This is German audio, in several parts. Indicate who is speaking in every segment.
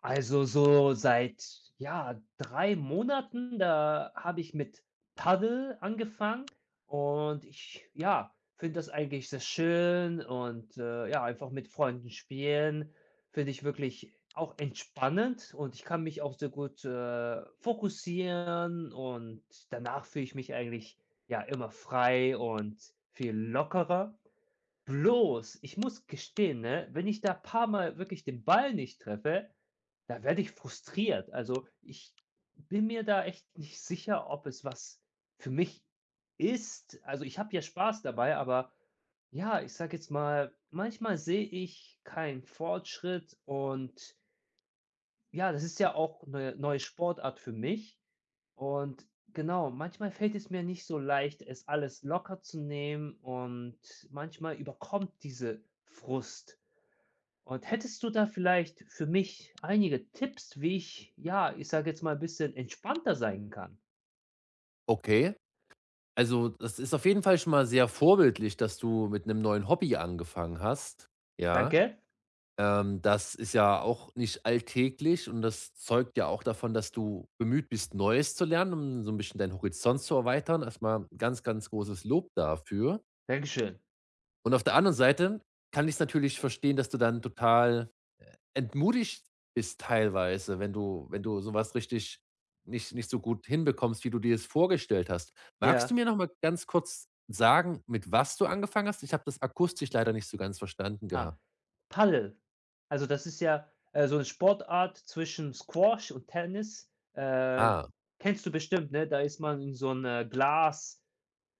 Speaker 1: Also so seit, ja, 3 Monaten, da habe ich mit Paddel angefangen und ich, ja, finde das eigentlich sehr schön und, ja, einfach mit Freunden spielen finde ich wirklich auch entspannend und ich kann mich auch sehr gut, fokussieren und danach fühle ich mich eigentlich, ja, immer frei und viel lockerer. Bloß, ich muss gestehen, ne, wenn ich da paar Mal wirklich den Ball nicht treffe, da werde ich frustriert. Also, ich bin mir da echt nicht sicher, ob es was für mich ist. Also, ich habe ja Spaß dabei, aber ja, ich sage jetzt mal, manchmal sehe ich keinen Fortschritt und ja, das ist ja auch eine neue Sportart für mich und genau, manchmal fällt es mir nicht so leicht, es alles locker zu nehmen und manchmal überkommt diese Frust. Und hättest du da vielleicht für mich einige Tipps, wie ich, ja, ich sage jetzt mal ein bisschen entspannter sein kann?
Speaker 2: Okay. Also, das ist auf jeden Fall schon mal sehr vorbildlich, dass du mit einem neuen Hobby angefangen hast, ja.
Speaker 1: Danke.
Speaker 2: Das ist ja auch nicht alltäglich und das zeugt ja auch davon, dass du bemüht bist, Neues zu lernen, um so ein bisschen deinen Horizont zu erweitern. Erstmal ganz, ganz großes Lob dafür.
Speaker 1: Dankeschön.
Speaker 2: Und auf der anderen Seite kann ich's natürlich verstehen, dass du dann total entmutigt bist teilweise, wenn du wenn du sowas richtig nicht so gut hinbekommst, wie du dir es vorgestellt hast. Magst du
Speaker 1: Ja.
Speaker 2: mir noch mal ganz kurz sagen, mit was du angefangen hast? Ich habe das akustisch leider nicht so ganz verstanden
Speaker 1: Ah,
Speaker 2: gehabt.
Speaker 1: Paddel. Also, das ist ja, so eine Sportart zwischen Squash und Tennis. Äh,
Speaker 2: Ah,
Speaker 1: kennst du bestimmt, ne? Da ist man in so ein Glas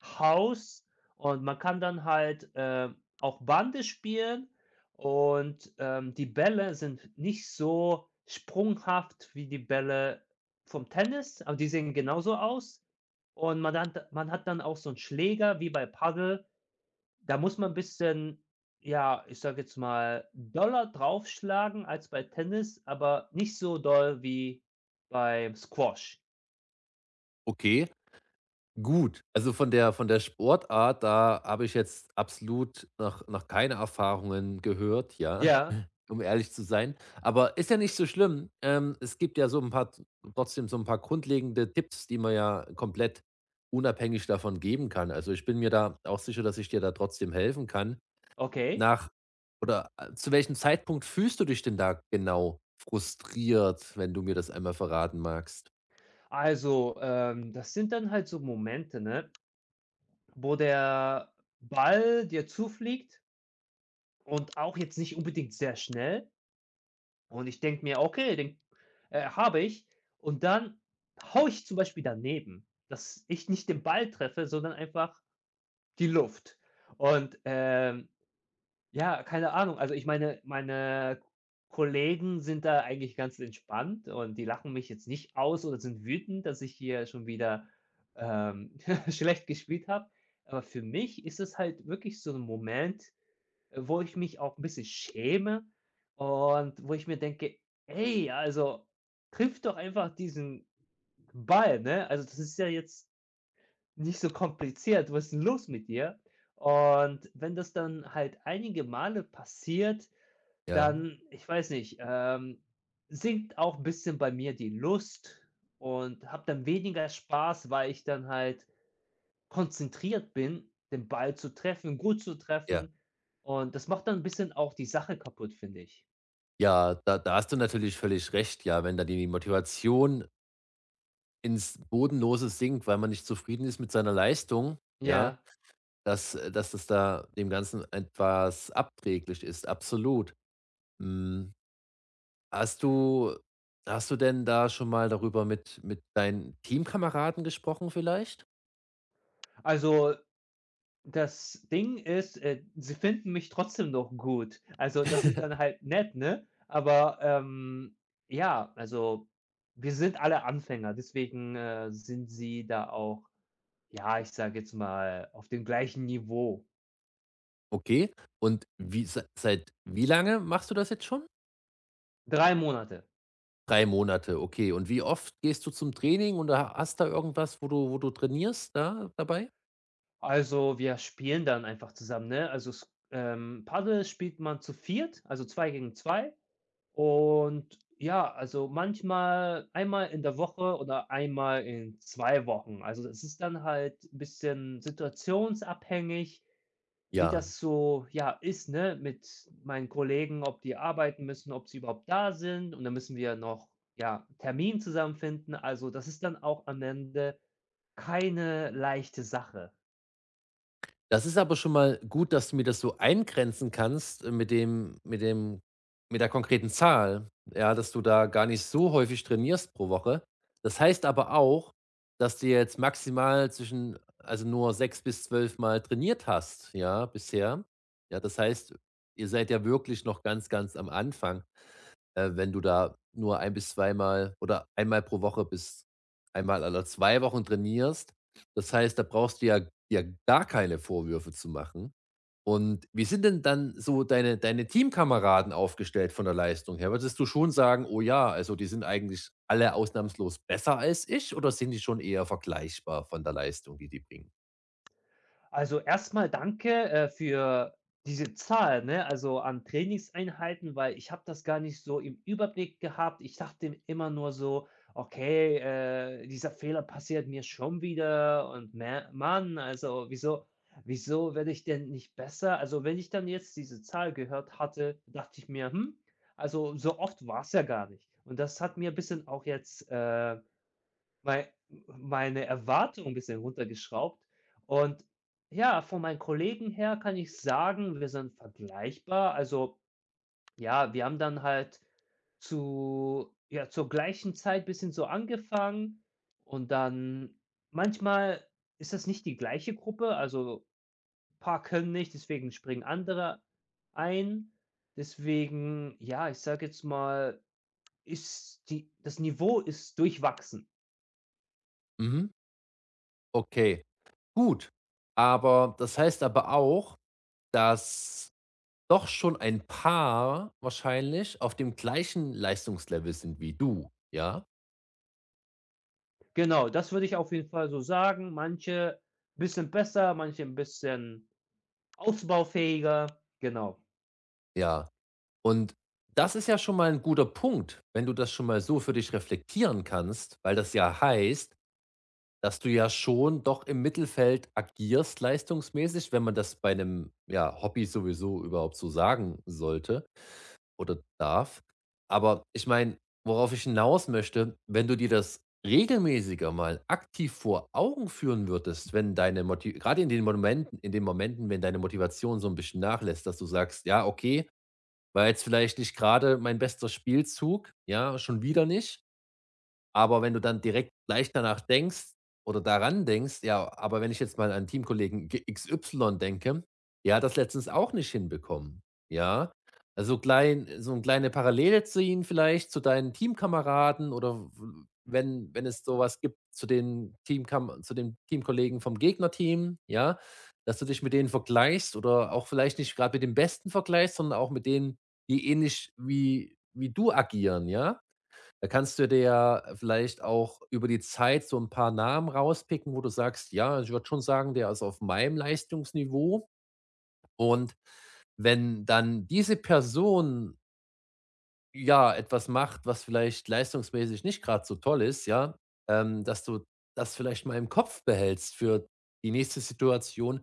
Speaker 1: Haus und man kann dann halt, auch Bande spielen und, die Bälle sind nicht so sprunghaft wie die Bälle vom Tennis, aber die sehen genauso aus und man hat dann auch so einen Schläger wie bei Paddel. Da muss man ein bisschen, ja, ich sage jetzt mal, doller draufschlagen als bei Tennis, aber nicht so doll wie beim Squash.
Speaker 2: okay. Gut. Also, von der Sportart, da habe ich jetzt absolut noch keine Erfahrungen gehört, ja,
Speaker 1: Ja,
Speaker 2: um ehrlich zu sein. Aber ist ja nicht so schlimm. Es gibt ja so ein paar trotzdem so ein paar grundlegende Tipps, die man ja komplett unabhängig davon geben kann. Also, ich bin mir da auch sicher, dass ich dir da trotzdem helfen kann.
Speaker 1: okay.
Speaker 2: Nach oder, zu welchem Zeitpunkt fühlst du dich denn da genau frustriert, wenn du mir das einmal verraten magst?
Speaker 1: Also, das sind dann halt so Momente, ne, wo der Ball dir zufliegt und auch jetzt nicht unbedingt sehr schnell. Und ich denke mir: „Okay, den, habe ich." Und dann haue ich zum Beispiel daneben, dass ich nicht den Ball treffe, sondern einfach die Luft. Und, ja, keine Ahnung. Also, ich meine, meine Kollegen sind da eigentlich ganz entspannt und die lachen mich jetzt nicht aus oder sind wütend, dass ich hier schon wieder, ähm, schlecht gespielt habe. Aber für mich ist es halt wirklich so ein Moment, wo ich mich auch ein bisschen schäme und wo ich mir denke: „Ey, also, trifft doch einfach diesen Ball, ne?" Also, das ist ja jetzt nicht so kompliziert, was ist 'n los mit dir? Und wenn das dann halt einige Male passiert,
Speaker 2: Ja?
Speaker 1: dann ich weiß nicht, sinkt auch ein bisschen bei mir die Lust und habe dann weniger Spaß, weil ich dann halt konzentriert bin, den Ball zu treffen, gut zu
Speaker 2: Ja.
Speaker 1: treffen. Und das macht dann ein bisschen auch die Sache kaputt, finde ich.
Speaker 2: Ja, da hast du natürlich völlig recht, ja, wenn da die Motivation ins Bodenlose sinkt, weil man nicht zufrieden ist mit seiner Leistung, ja,
Speaker 1: Ja,
Speaker 2: dass dass das da dem Ganzen etwas abträglich ist, absolut. Hm, hast du hast du denn da schon mal darüber mit deinen Teamkameraden gesprochen vielleicht?
Speaker 1: also das Ding ist, sie finden mich trotzdem noch gut. Also, das ist dann halt nett, ne? Aber, ja, also, wir sind alle Anfänger, deswegen, sind sie da auch, ja, ich sage jetzt mal, auf dem gleichen Niveau.
Speaker 2: Okay. Und wie seit wie lange machst du das jetzt schon?
Speaker 1: 3 Monate.
Speaker 2: 3 Monate, okay. Und wie oft gehst du zum Training und ha hast da irgendwas, wo du trainierst da dabei?
Speaker 1: Also, wir spielen dann einfach zusammen, ne? Also, s Paddel spielt man zu viert, also 2 gegen 2. Und ja, also manchmal einmal in der Woche oder einmal in 2 Wochen. Also, es ist dann halt 'n bisschen situationsabhängig, wie
Speaker 2: Ja,
Speaker 1: das so, ja, ist, ne, mit meinen Kollegen, ob die arbeiten müssen, ob sie überhaupt da sind. Und dann müssen wir noch, ja, Termin zusammenfinden. Also, das ist dann auch am Ende keine leichte Sache.
Speaker 2: das ist aber schon mal gut, dass du mir das so eingrenzen kannst, mit dem mit der konkreten Zahl, ja, dass du da gar nicht so häufig trainierst pro Woche. Das heißt aber auch, dass du jetzt maximal zwischen also nur 6 bis 12 Mal trainiert hast, ja, bisher. Ja, das heißt, ihr seid ja wirklich noch ganz, ganz am Anfang. Äh, wenn du da nur ein bis zweimal oder einmal pro Woche bis einmal alle 2 Wochen trainierst. Das heißt, da brauchst du ja ja gar keine Vorwürfe zu machen. Und wie sind denn dann so deine Teamkameraden aufgestellt von der Leistung her? Würdest du schon sagen: „Oh ja, also, die sind eigentlich alle ausnahmslos besser als ich“, oder sind die schon eher vergleichbar von der Leistung, die die bringen?
Speaker 1: Also, erstmal danke, für diese Zahl, ne, also an Trainingseinheiten, weil ich habe das gar nicht so im Überblick gehabt. Ich dachte immer nur so: „Okay, dieser Fehler passiert mir schon wieder und mä Mann, also wieso werde ich denn nicht besser?" Also, wenn ich dann jetzt diese Zahl gehört hatte, dachte ich mir: „Hm, also so oft war es ja gar nicht." Und das hat mir ein bisschen auch jetzt, mei meine Erwartungen 'n bisschen runtergeschraubt und ja, von meinen Kollegen her kann ich sagen, wir sind vergleichbar. Also, ja, wir haben dann halt zu ja, zur gleichen Zeit ein bisschen so angefangen und dann manchmal ist das nicht die gleiche Gruppe, also, ein paar können nicht, deswegen springen andere ein. Deswegen, ja, ich sage jetzt mal, ist die das Niveau ist durchwachsen.
Speaker 2: Mhm, okay, gut. Aber das heißt aber auch, dass doch schon ein paar wahrscheinlich auf dem gleichen Leistungslevel sind wie du, ja?
Speaker 1: Genau, das würde ich auf jeden Fall so sagen. Manche bisschen besser, manche ein bisschen ausbaufähiger, genau.
Speaker 2: Ja. Und das ist ja schon mal ein guter Punkt, wenn du das schon mal so für dich reflektieren kannst, weil das ja heißt, dass du ja schon doch im Mittelfeld agierst leistungsmäßig, wenn man das bei einem ja, Hobby sowieso überhaupt so sagen sollte. Oder darf. Aber ich meine, worauf ich hinaus möchte, wenn du dir das regelmäßiger mal aktiv vor Augen führen würdest, wenn deine Moti grade in den Momenten, wenn deine Motivation so ein bisschen nachlässt, dass du sagst: „Ja, okay, war jetzt vielleicht nicht gerade mein bester Spielzug, ja, schon wieder nicht.“ Aber wenn du dann direkt gleich danach denkst oder daran denkst: „Ja, aber wenn ich jetzt mal an Teamkollegen G XY denke, der hat das letztens auch nicht hinbekommen.“ Ja? Also, klein so 'n kleine Parallele ziehen vielleicht zu deinen Teamkameraden oder w wenn wenn es sowas gibt zu den Teamkam zu den Teamkollegen vom Gegnerteam, ja? Dass du dich mit denen vergleichst oder auch vielleicht nicht gerade mit dem Besten vergleichst, sondern auch mit denen, die ähnlich wie du agieren, ja? Da kannst du dir ja vielleicht auch über die Zeit so ein paar Namen rauspicken, wo du sagst: „Ja, ich würde schon sagen, der ist auf meinem Leistungsniveau.“ Und wenn dann diese Person, ja, etwas macht, was vielleicht leistungsmäßig nicht gerade so toll ist, ja, dass du das vielleicht mal im Kopf behältst für die nächste Situation,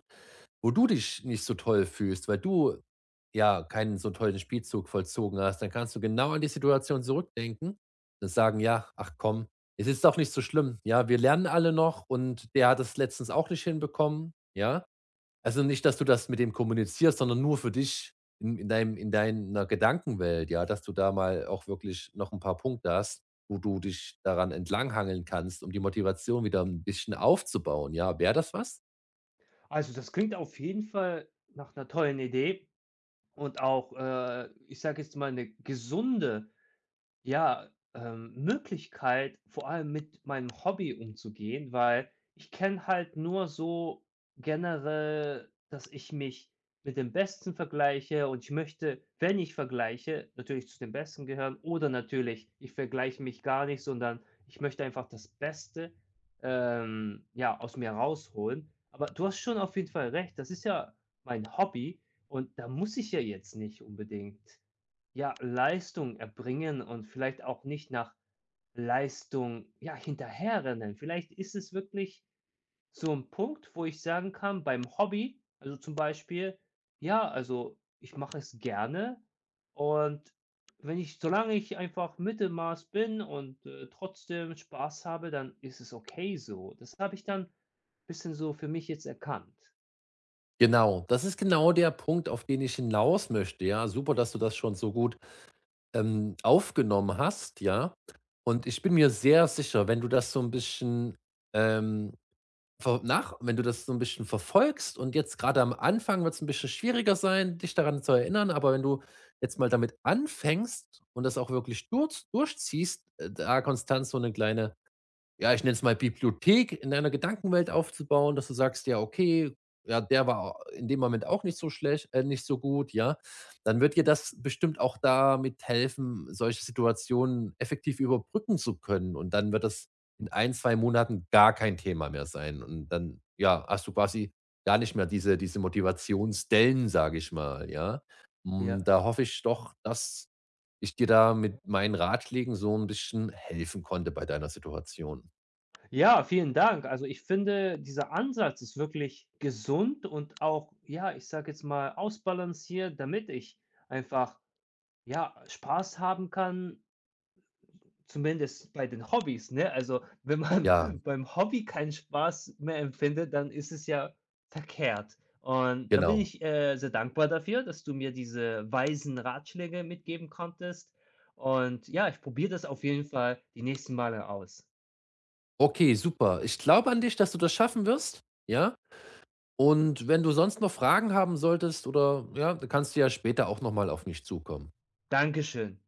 Speaker 2: wo du dich nicht so toll fühlst, weil du, ja, keinen so tollen Spielzug vollzogen hast, dann kannst du genau an die Situation zurückdenken und sagen: „Ja, ach komm, es ist doch nicht so schlimm. Ja, wir lernen alle noch und der hat es letztens auch nicht hinbekommen“, ja? Also, nicht, dass du das mit dem kommunizierst, sondern nur für dich in deinem in deiner Gedankenwelt, ja, dass du da mal auch wirklich noch ein paar Punkte hast, wo du dich daran entlanghangeln kannst, um die Motivation wieder ein bisschen aufzubauen, ja? Wäre das was?
Speaker 1: Also, das klingt auf jeden Fall nach 'ner tollen Idee und auch, ich sage jetzt mal, 'ne gesunde Ja, Möglichkeit, vor allem mit meinem Hobby umzugehen, weil ich kenne halt nur so generell, dass ich mich mit dem Besten vergleiche und ich möchte, wenn ich vergleiche, natürlich zu den Besten gehören oder natürlich, ich vergleiche mich gar nicht, sondern ich möchte einfach das Beste, ja, aus mir rausholen. Aber du hast schon auf jeden Fall recht, das ist ja mein Hobby und da muss ich ja jetzt nicht unbedingt ja, Leistung erbringen und vielleicht auch nicht nach Leistung, ja, hinterherrennen. Vielleicht ist es wirklich so ein Punkt, wo ich sagen kann, beim Hobby, also zum Beispiel, ja, also ich mache es gerne und wenn ich solange ich einfach Mittelmaß bin und, trotzdem Spaß habe, dann ist es okay so. Das habe ich dann ein bisschen so für mich jetzt erkannt.
Speaker 2: Genau, das ist genau der Punkt, auf den ich hinaus möchte, ja. Super, dass du das schon so gut, aufgenommen hast, ja. Und ich bin mir sehr sicher, wenn du das so ein bisschen, ähm, ver nach wenn du das so ein bisschen verfolgst und jetzt gerade am Anfang wird es ein bisschen schwieriger sein, dich daran zu erinnern, aber wenn du jetzt mal damit anfängst und das auch wirklich durchziehst, da konstant so eine kleine ja, ich nenne es mal Bibliothek in deiner Gedankenwelt aufzubauen, dass du sagst: „Ja, okay, ja, der war in dem Moment auch nicht so schlecht nicht so gut“, ja? Dann wird dir das bestimmt auch damit helfen, solche Situationen effektiv überbrücken zu können und dann wird das in ein 2 Monaten gar kein Thema mehr sein und dann, ja, hast du quasi gar nicht mehr diese Motivationsdellen, sage ich mal, ja? Hm,
Speaker 1: Ja.
Speaker 2: da hoffe ich doch, dass ich dir da mit meinen Ratschlägen so ein bisschen helfen konnte bei deiner Situation.
Speaker 1: Ja, vielen Dank. Also, ich finde, dieser Ansatz ist wirklich gesund und auch, ja, ich sage jetzt mal, ausbalanciert, damit ich einfach, ja, Spaß haben kann, zumindest bei den Hobbys, ne? Also, wenn man
Speaker 2: Ja,
Speaker 1: beim Hobby keinen Spaß mehr empfindet, dann ist es ja verkehrt. Und da bin
Speaker 2: genau.
Speaker 1: ich, sehr dankbar dafür, dass du mir diese weisen Ratschläge mitgeben konntest. Und ja, ich probiere das auf jeden Fall die nächsten Male aus.
Speaker 2: Okay, super. Ich glaube an dich, dass du das schaffen wirst, ja? Und wenn du sonst noch Fragen haben solltest oder ja, dann kannst du ja später auch noch mal auf mich zukommen.
Speaker 1: Dankeschön.